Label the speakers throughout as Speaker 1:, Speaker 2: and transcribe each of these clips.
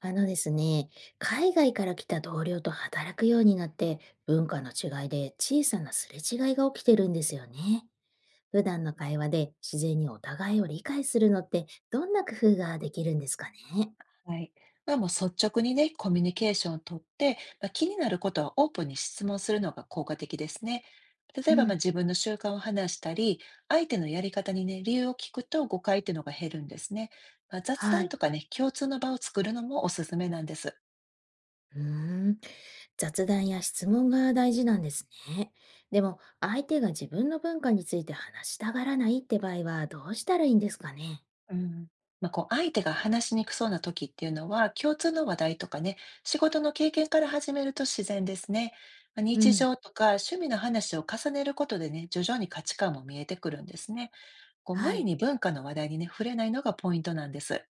Speaker 1: あのですね、海外から来た同僚と働くようになって、文化の違いで小さなすれ違いが起きてるんですよね。普段の会話で自然にお互いを理解するのってどんな工夫ができるんですかね。
Speaker 2: はい。もう率直にね、コミュニケーションをとって、気になることはオープンに質問するのが効果的ですね。例
Speaker 1: う
Speaker 2: えば、
Speaker 1: ん、
Speaker 2: 自分の習慣を話したり、相手のやり方にね、理由を聞くと誤解っていうのが減るんですね。雑
Speaker 1: は
Speaker 2: 談
Speaker 1: い。
Speaker 2: とかね、共通の場を作るのもおすすめなんです。
Speaker 1: うーん、雑談や質問が大事なんですね。でも、相手が自分の文化について話したがらないって場合はどうしたらいいんですかね。
Speaker 2: うん、こう相手が話しにくそうな時っていうのは共通の話題とかね、仕事の経験から始めると自然ですね。
Speaker 1: う
Speaker 2: 日
Speaker 1: ん、
Speaker 2: 常とか趣味の話を重ねることでね、徐々に価値観も見えてくるんですね。こう無
Speaker 1: は
Speaker 2: 理
Speaker 1: い。
Speaker 2: に文化の話題にね、触れないのがポイントなんです。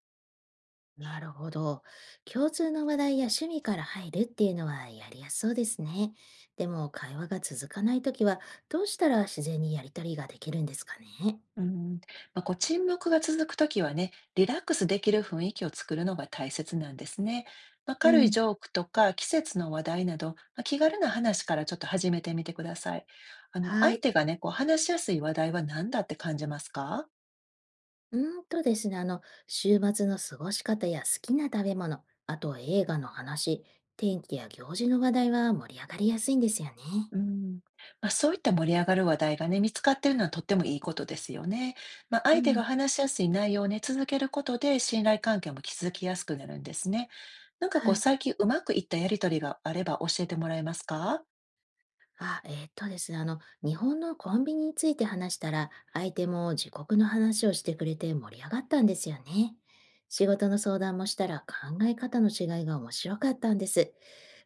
Speaker 1: なるほど。共通の話題や趣味から入るっていうのはやりやすそうですね。でも会話が続かないときはどうしたら自然にやりとりができるんですかね。
Speaker 2: うん。こう沈黙が続くときはね、リラックスできる雰囲気を作るのが大切なんですね。
Speaker 1: う
Speaker 2: 軽い
Speaker 1: ん、
Speaker 2: ジョークとか季節の話題など、気軽な話からちょっと始めてみてください。あの、
Speaker 1: は
Speaker 2: 相
Speaker 1: い。
Speaker 2: 手がね、こう話しやすい話題は何だって感じますか？
Speaker 1: うーんとですね、あの、週末の過ごし方や好きな食べ物、あと映画の話、天気や行事の話題は盛り上がりやすいんですよね。
Speaker 2: うん。そういった盛り上がる話題がね、見つかっているのはとってもいいことですよね。
Speaker 1: う
Speaker 2: 相手
Speaker 1: ん、
Speaker 2: が話しやすい内容をね、続けることで信頼関係も築きやすくなるんですね。なんか
Speaker 1: は
Speaker 2: こう
Speaker 1: い。
Speaker 2: 最近うまくいったやりとりがあれば教えてもらえますか？
Speaker 1: あ、ですね、あの、日本のコンビニについて話したら、相手も自国の話をしてくれて盛り上がったんですよね。仕事の相談もしたら考え方の違いが面白かったんです。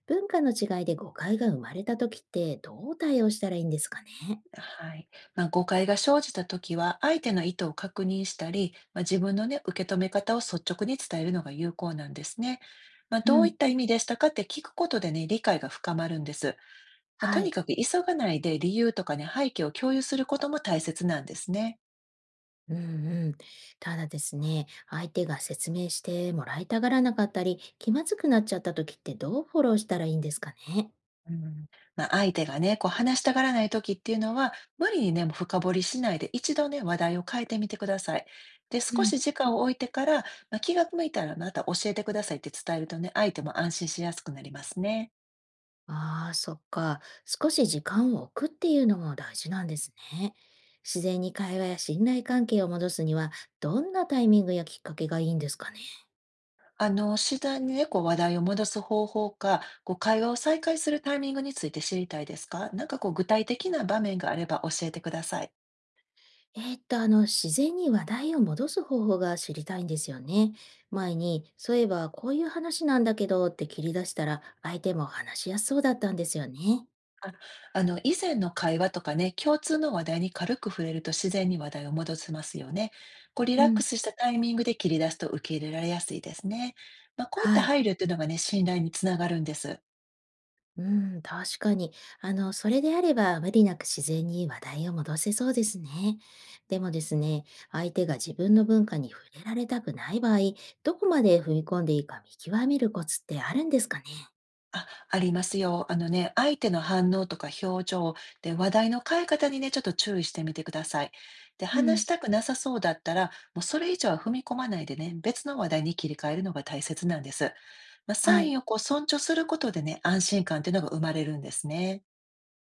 Speaker 1: 文化の違いで誤解が生まれた時ってどう対応したらいいんですかね。
Speaker 2: はい。誤解が生じた時は、相手の意図を確認したり、自分のね、受け止め方を率直に伝えるのが有効なんですね。
Speaker 1: う
Speaker 2: どうい
Speaker 1: ん、
Speaker 2: った意味でしたかって聞くことでね、理解が深まるんです。と
Speaker 1: は
Speaker 2: に
Speaker 1: い。
Speaker 2: かく急がないで理由とかね、背景を共有することも大切なんですね。
Speaker 1: うんうん。ただですね、相手が説明してもらいたがらなかったり、気まずくなっちゃった時ってどうフォローしたらいいんですかね。
Speaker 2: うん、相手がね、こう話したがらない時っていうのは、無理にね、もう深掘りしないで、一度ね、話題を変えてみてください。で、少し時間を置いてから、気が向いたらまた教えてくださいって伝えるとね、相手も安心しやすくなりますね。
Speaker 1: ああ、そっか。少し時間を置くっていうのも大事なんですね。自然に会話や信頼関係を戻すには、どんなタイミングやきっかけがいいんですかね。
Speaker 2: あの、次第にね、こう話題を戻す方法か、こう会話を再開するタイミングについて知りたいですか？なんかこう具体的な場面があれば教えてください。
Speaker 1: 自然に話題を戻す方法が知りたいんですよね。前に、そういえばこういう話なんだけどって切り出したら、相手も話しやすそうだったんですよね。
Speaker 2: あの、以前の会話とかね、共通の話題に軽く触れると自然に話題を戻せますよね。こう、リ
Speaker 1: う
Speaker 2: ラック
Speaker 1: ん。
Speaker 2: スしたタイミングで切り出すと受け入れられやすいですね。こういっ
Speaker 1: は
Speaker 2: た
Speaker 1: い。
Speaker 2: 配慮っていうのがね、信頼につながるんです。
Speaker 1: うん、確かに。あの、それであれば無理なく自然に話題を戻せそうですね。でもですね、相手が自分の文化に触れられたくない場合、どこまで踏み込んでいいか見極めるコツってあるんですかね？
Speaker 2: あ、ありますよ。あのね、相手の反応とか表情で話題の変え方にね、ちょっと注意してみてください。で、
Speaker 1: う
Speaker 2: 話し
Speaker 1: ん、
Speaker 2: たくなさそうだったら、もうそれ以上は踏み込まないでね、別の話題に切り替えるのが大切なんです。サ
Speaker 1: は
Speaker 2: イ
Speaker 1: い。
Speaker 2: ンをこう尊重することでね、安心感っていうのが生まれるんですね。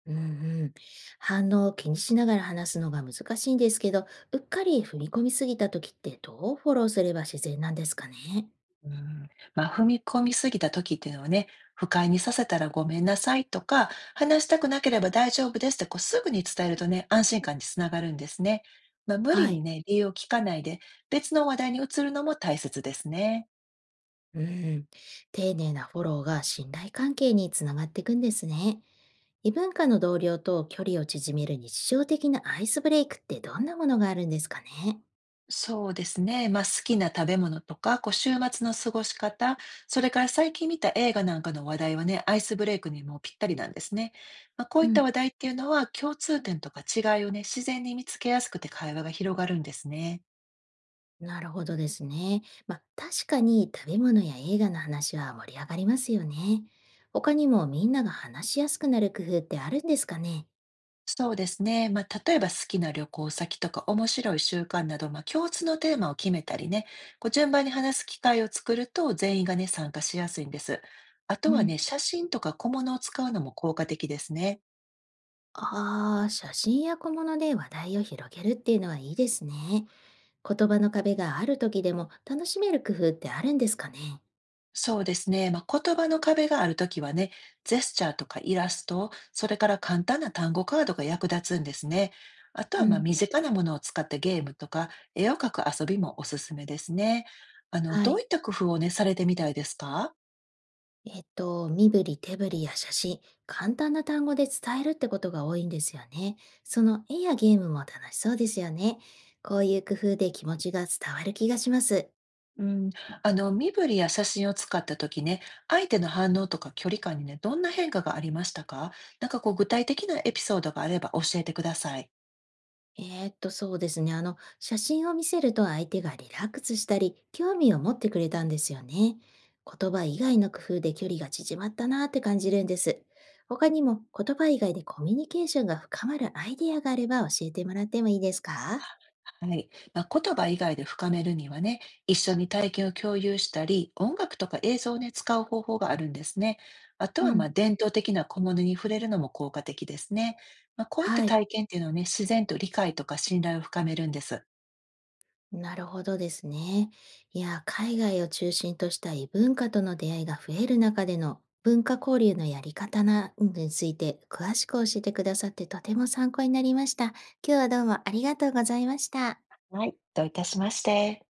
Speaker 1: うんうん。反応を気にしながら話すのが難しいんですけど、うっかり踏み込みすぎた時ってどうフォローすれば自然なんですかね？
Speaker 2: うん、踏み込みすぎた時っていうのはね、不快にさせたらごめんなさいとか、話したくなければ大丈夫ですってこうすぐに伝えるとね、安心感につながるんですね。無理
Speaker 1: は
Speaker 2: に
Speaker 1: い。
Speaker 2: ね、理由を聞かないで、別の話題に移るのも大切ですね。
Speaker 1: うん、丁寧なフォローが信頼関係につながっていくんですね。異文化の同僚と距離を縮める日常的なアイスブレイクってどんなものがあるんですかね？
Speaker 2: そうですね。好きな食べ物とか、こう週末の過ごし方、それから最近見た映画なんかの話題はね、アイスブレイクにもぴったりなんですね。こう
Speaker 1: う
Speaker 2: いった
Speaker 1: ん、
Speaker 2: 話題っていうのは、共通点とか違いをね、自然に見つけやすくて会話が広がるんですね。
Speaker 1: なるほどですね。まあ、確かに食べ物や映画の話は盛り上がりますよね。他にもみんなが話しやすくなる工夫ってあるんですかね？
Speaker 2: そうですね。例えば好きな旅行先とか面白い習慣など、共通のテーマを決めたりね、こう順番に話す機会を作ると全員がね、参加しやすいんです。あと
Speaker 1: う
Speaker 2: は
Speaker 1: ん、
Speaker 2: ね、写真とか小物を使うのも効果的ですね。
Speaker 1: ああ写真や小物で話題を広げるっていうのはいいですね。言葉の壁がある時でも楽しめる工夫ってあるんですかね？
Speaker 2: そうですね。言葉の壁があるときはね、ジェスチャーとかイラスト、それから簡単な単語カードが役立つんですね。あと
Speaker 1: う
Speaker 2: はまあ
Speaker 1: ん、
Speaker 2: 身近なものを使ったゲームとか、絵を描く遊びもおすすめですね。あの、
Speaker 1: は
Speaker 2: どう
Speaker 1: い。
Speaker 2: いった工夫をね、されてみたいですか？
Speaker 1: 身振り手振りや写真、簡単な単語で伝えるってことが多いんですよね。その絵やゲームも楽しそうですよね。こういう工夫で気持ちが伝わる気がします。
Speaker 2: うん、あの、身振りや写真を使った時ね、相手の反応とか距離感にね、どんな変化がありましたか？なんかこう具体的なエピソードがあれば教えてください。
Speaker 1: そうですね。あの、写真を見せると相手がリラックスしたり、興味を持ってくれたんですよね。言葉以外の工夫で距離が縮まったなって感じるんです。他にも言葉以外でコミュニケーションが深まるアイディアがあれば教えてもらってもいいですか？
Speaker 2: はい。言葉以外で深めるにはね、一緒に体験を共有したり、音楽とか映像をね、使う方法があるんですね。あと
Speaker 1: う
Speaker 2: は、
Speaker 1: ん。
Speaker 2: 伝統的な小物に触れるのも効果的ですね。こういった
Speaker 1: はい。
Speaker 2: 体験っていうのはね、自然と理解とか信頼を深めるんです。
Speaker 1: なるほどですね。いや、海外を中心とした異文化との出会いが増える中での文化交流のやり方なについて詳しく教えてくださってとても参考になりました。今日はどうもありがとうございました。
Speaker 2: はい。どういたしまして。